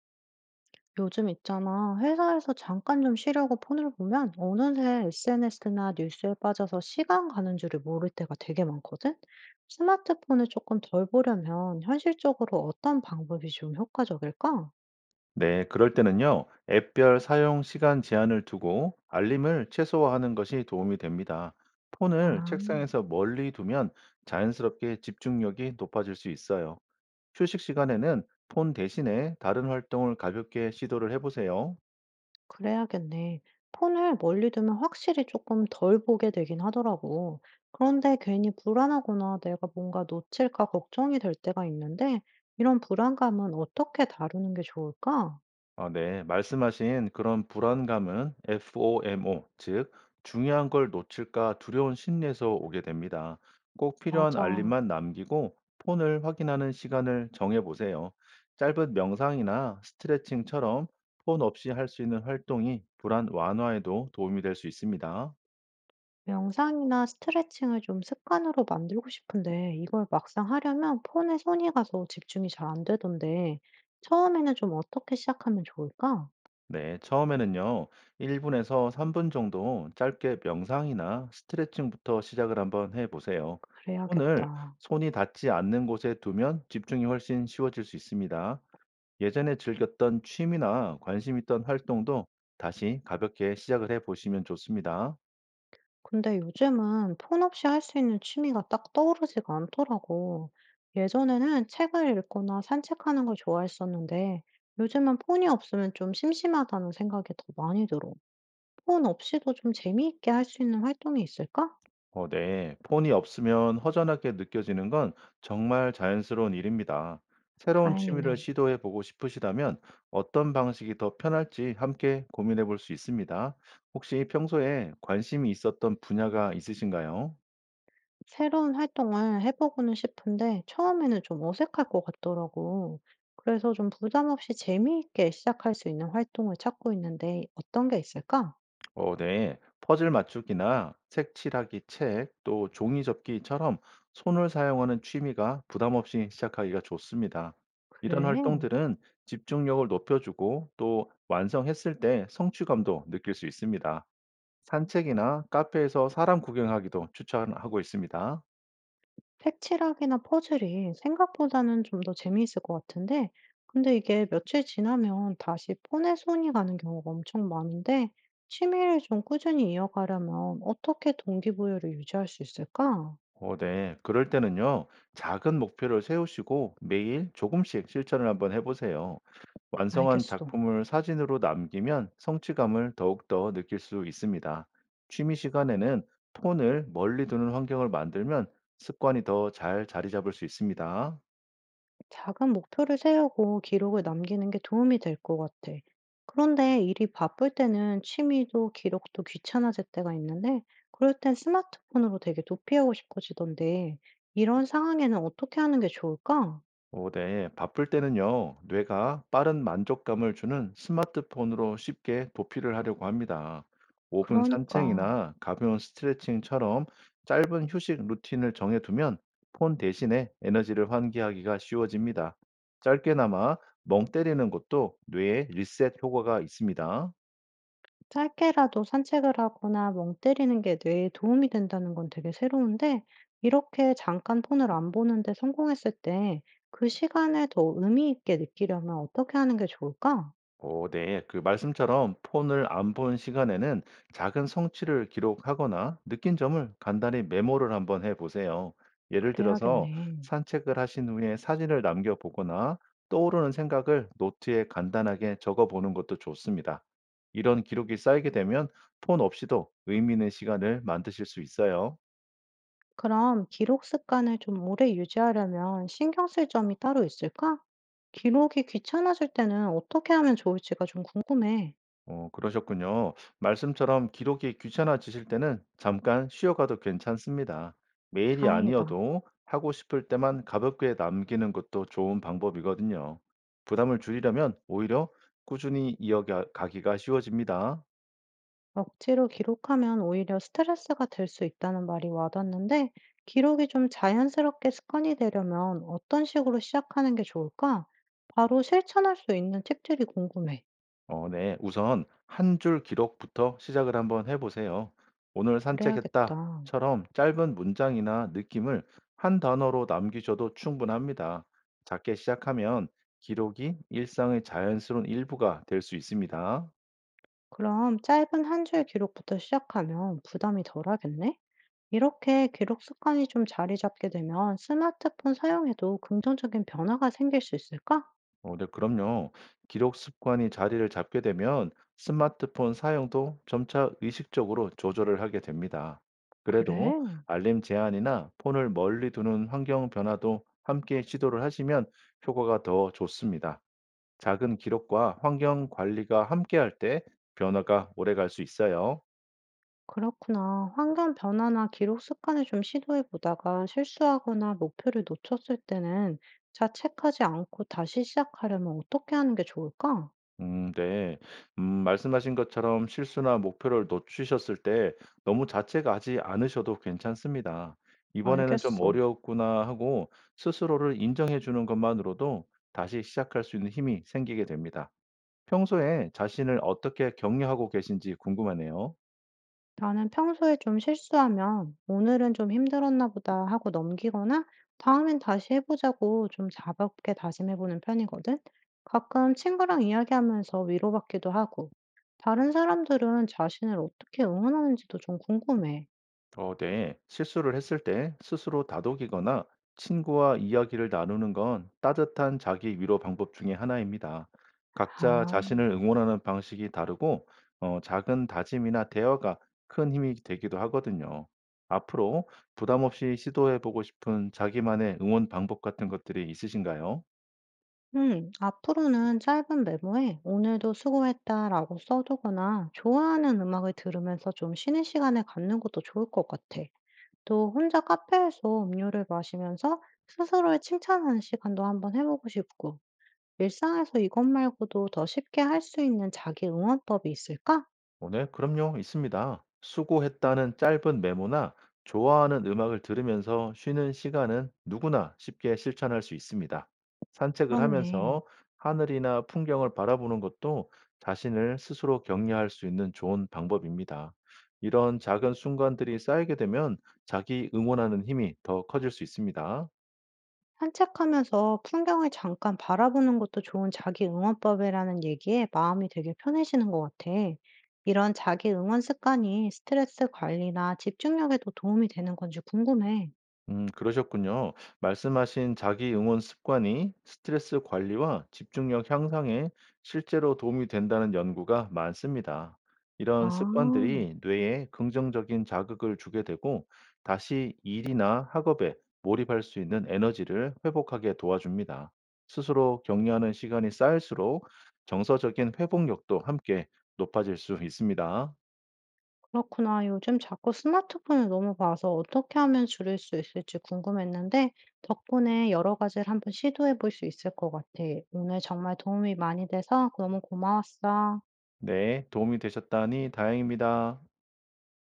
요즘 있잖아. 회사에서 잠깐 좀 쉬려고 폰을 보면 어느새 SNS나 뉴스에 빠져서 시간 가는 줄을 모를 때가 되게 많거든? 스마트폰을 조금 덜 보려면 현실적으로 어떤 방법이 좀 효과적일까? 네, 그럴 때는요, 앱별 사용 시간 제한을 두고 알림을 최소화하는 것이 도움이 됩니다. 폰을 아, 책상에서 멀리 두면 자연스럽게 집중력이 높아질 수 있어요. 휴식 시간에는 폰 대신에 다른 활동을 가볍게 시도를 해보세요. 그래야겠네. 폰을 멀리 두면 확실히 조금 덜 보게 되긴 하더라고. 그런데 괜히 불안하거나 내가 뭔가 놓칠까 걱정이 될 때가 있는데, 이런 불안감은 어떻게 다루는 게 좋을까? 아, 네. 말씀하신 그런 불안감은 FOMO, 즉, 중요한 걸 놓칠까 두려운 심리에서 오게 됩니다. 꼭 필요한 맞아. 알림만 남기고 폰을 확인하는 시간을 정해보세요. 짧은 명상이나 스트레칭처럼 폰 없이 할 수 있는 활동이 불안 완화에도 도움이 될 수 있습니다. 명상이나 스트레칭을 좀 습관으로 만들고 싶은데 이걸 막상 하려면 폰에 손이 가서 집중이 잘 안 되던데 처음에는 좀 어떻게 시작하면 좋을까? 네, 처음에는요, 1분에서 3분 정도 짧게 명상이나 스트레칭부터 시작을 한번 해보세요. 손을 그래야겠다. 손이 닿지 않는 곳에 두면 집중이 훨씬 쉬워질 수 있습니다. 예전에 즐겼던 취미나 관심 있던 활동도 다시 가볍게 시작을 해보시면 좋습니다. 근데 요즘은 폰 없이 할 수 있는 취미가 딱 떠오르지가 않더라고. 예전에는 책을 읽거나 산책하는 걸 좋아했었는데 요즘은 폰이 없으면 좀 심심하다는 생각이 더 많이 들어. 폰 없이도 좀 재미있게 할 수 있는 활동이 있을까? 네. 폰이 없으면 허전하게 느껴지는 건 정말 자연스러운 일입니다. 새로운 취미를 다행이네. 시도해 보고 싶으시다면 어떤 방식이 더 편할지 함께 고민해 볼 수 있습니다. 혹시 평소에 관심이 있었던 분야가 있으신가요? 새로운 활동을 해보고는 싶은데 처음에는 좀 어색할 것 같더라고. 그래서 좀 부담 없이 재미있게 시작할 수 있는 활동을 찾고 있는데 어떤 게 있을까? 네. 퍼즐 맞추기나 색 칠하기 책, 또 종이 접기처럼 손을 사용하는 취미가 부담 없이 시작하기가 좋습니다. 이런 그래. 활동들은 집중력을 높여주고 또 완성했을 때 성취감도 느낄 수 있습니다. 산책이나 카페에서 사람 구경하기도 추천하고 있습니다. 색칠하기나 퍼즐이 생각보다는 좀 더 재미있을 것 같은데, 근데 이게 며칠 지나면 다시 폰에 손이 가는 경우가 엄청 많은데, 취미를 좀 꾸준히 이어가려면 어떻게 동기부여를 유지할 수 있을까? 네. 그럴 때는요, 작은 목표를 세우시고 매일 조금씩 실천을 한번 해보세요. 완성한 알겠어. 작품을 사진으로 남기면 성취감을 더욱더 느낄 수 있습니다. 취미 시간에는 폰을 멀리 두는 환경을 만들면 습관이 더 잘 자리 잡을 수 있습니다. 작은 목표를 세우고 기록을 남기는 게 도움이 될 것 같아. 그런데 일이 바쁠 때는 취미도 기록도 귀찮아질 때가 있는데, 그럴 땐 스마트폰으로 되게 도피하고 싶어지던데, 이런 상황에는 어떻게 하는 게 좋을까? 오, 네. 바쁠 때는요, 뇌가 빠른 만족감을 주는 스마트폰으로 쉽게 도피를 하려고 합니다. 5분 그러니까, 산책이나 가벼운 스트레칭처럼 짧은 휴식 루틴을 정해두면 폰 대신에 에너지를 환기하기가 쉬워집니다. 짧게나마 멍 때리는 것도 뇌에 리셋 효과가 있습니다. 짧게라도 산책을 하거나 멍 때리는 게 뇌에 도움이 된다는 건 되게 새로운데, 이렇게 잠깐 폰을 안 보는데 성공했을 때, 그 시간을 더 의미 있게 느끼려면 어떻게 하는 게 좋을까? 오, 네. 그 말씀처럼 폰을 안 본 시간에는 작은 성취를 기록하거나 느낀 점을 간단히 메모를 한번 해보세요. 예를 들어서 그래야겠네. 산책을 하신 후에 사진을 남겨보거나 떠오르는 생각을 노트에 간단하게 적어보는 것도 좋습니다. 이런 기록이 쌓이게 되면 폰 없이도 의미 있는 시간을 만드실 수 있어요. 그럼 기록 습관을 좀 오래 유지하려면 신경 쓸 점이 따로 있을까? 기록이 귀찮아질 때는 어떻게 하면 좋을지가 좀 궁금해. 그러셨군요. 말씀처럼 기록이 귀찮아지실 때는 잠깐 쉬어가도 괜찮습니다. 매일이 다행이다. 아니어도 하고 싶을 때만 가볍게 남기는 것도 좋은 방법이거든요. 부담을 줄이려면 오히려 꾸준히 이어가기가 쉬워집니다. 억지로 기록하면 오히려 스트레스가 될 수 있다는 말이 와닿는데, 기록이 좀 자연스럽게 습관이 되려면 어떤 식으로 시작하는 게 좋을까? 바로 실천할 수 있는 팁들이 궁금해. 네. 우선 한 줄 기록부터 시작을 한번 해보세요. 오늘 그래야겠다. 산책했다처럼 짧은 문장이나 느낌을 한 단어로 남기셔도 충분합니다. 작게 시작하면 기록이 일상의 자연스러운 일부가 될 수 있습니다. 그럼 짧은 한 줄 기록부터 시작하면 부담이 덜하겠네? 이렇게 기록 습관이 좀 자리 잡게 되면 스마트폰 사용에도 긍정적인 변화가 생길 수 있을까? 네, 그럼요. 기록 습관이 자리를 잡게 되면 스마트폰 사용도 점차 의식적으로 조절을 하게 됩니다. 그래도 그래, 알림 제한이나 폰을 멀리 두는 환경 변화도 함께 시도를 하시면 효과가 더 좋습니다. 작은 기록과 환경 관리가 함께할 때 변화가 오래 갈 수 있어요. 그렇구나. 환경 변화나 기록 습관을 좀 시도해 보다가 실수하거나 목표를 놓쳤을 때는 자책하지 않고 다시 시작하려면 어떻게 하는 게 좋을까? 네. 말씀하신 것처럼 실수나 목표를 놓치셨을 때 너무 자책하지 않으셔도 괜찮습니다. '이번에는 좀 알겠어. 어려웠구나.' 하고 스스로를 인정해 주는 것만으로도 다시 시작할 수 있는 힘이 생기게 됩니다. 평소에 자신을 어떻게 격려하고 계신지 궁금하네요. 나는 평소에 좀 실수하면 '오늘은 좀 힘들었나 보다.' 하고 넘기거나 '다음엔 다시 해 보자고.' 좀자볍게 다짐해 보는 편이거든. 가끔 친구랑 이야기하면서 위로받기도 하고. 다른 사람들은 자신을 어떻게 응원하는지도 좀 궁금해. 네. 실수를 했을 때 스스로 다독이거나 친구와 이야기를 나누는 건 따뜻한 자기 위로 방법 중에 하나입니다. 각자 아. 자신을 응원하는 방식이 다르고, 작은 다짐이나 대화가 큰 힘이 되기도 하거든요. 앞으로 부담 없이 시도해 보고 싶은 자기만의 응원 방법 같은 것들이 있으신가요? 음. 앞으로는 짧은 메모에 "오늘도 수고했다."라고 써 두거나 좋아하는 음악을 들으면서 좀 쉬는 시간을 갖는 것도 좋을 것 같아. 또 혼자 카페에서 음료를 마시면서 스스로를 칭찬하는 시간도 한번 해보고 싶고, 일상에서 이것 말고도 더 쉽게 할 수 있는 자기 응원법이 있을까? 네. 그럼요. 있습니다. 수고했다는 짧은 메모나 좋아하는 음악을 들으면서 쉬는 시간은 누구나 쉽게 실천할 수 있습니다. 산책을 그렇네. 하면서 하늘이나 풍경을 바라보는 것도 자신을 스스로 격려할 수 있는 좋은 방법입니다. 이런 작은 순간들이 쌓이게 되면 자기 응원하는 힘이 더 커질 수 있습니다. 산책하면서 풍경을 잠깐 바라보는 것도 좋은 자기 응원법이라는 얘기에 마음이 되게 편해지는 것 같아. 이런 자기 응원 습관이 스트레스 관리나 집중력에도 도움이 되는 건지 궁금해. 그러셨군요. 말씀하신 자기 응원 습관이 스트레스 관리와 집중력 향상에 실제로 도움이 된다는 연구가 많습니다. 이런 아. 습관들이 뇌에 긍정적인 자극을 주게 되고 다시 일이나 학업에 몰입할 수 있는 에너지를 회복하게 도와줍니다. 스스로 격려하는 시간이 쌓일수록 정서적인 회복력도 함께 높아질 수 있습니다. 그렇구나. 요즘 자꾸 스마트폰을 너무 봐서 어떻게 하면 줄일 수 있을지 궁금했는데, 덕분에 여러 가지를 한번 시도해 볼 수 있을 것 같아. 오늘 정말 도움이 많이 돼서 너무 고마웠어. 네, 도움이 되셨다니 다행입니다.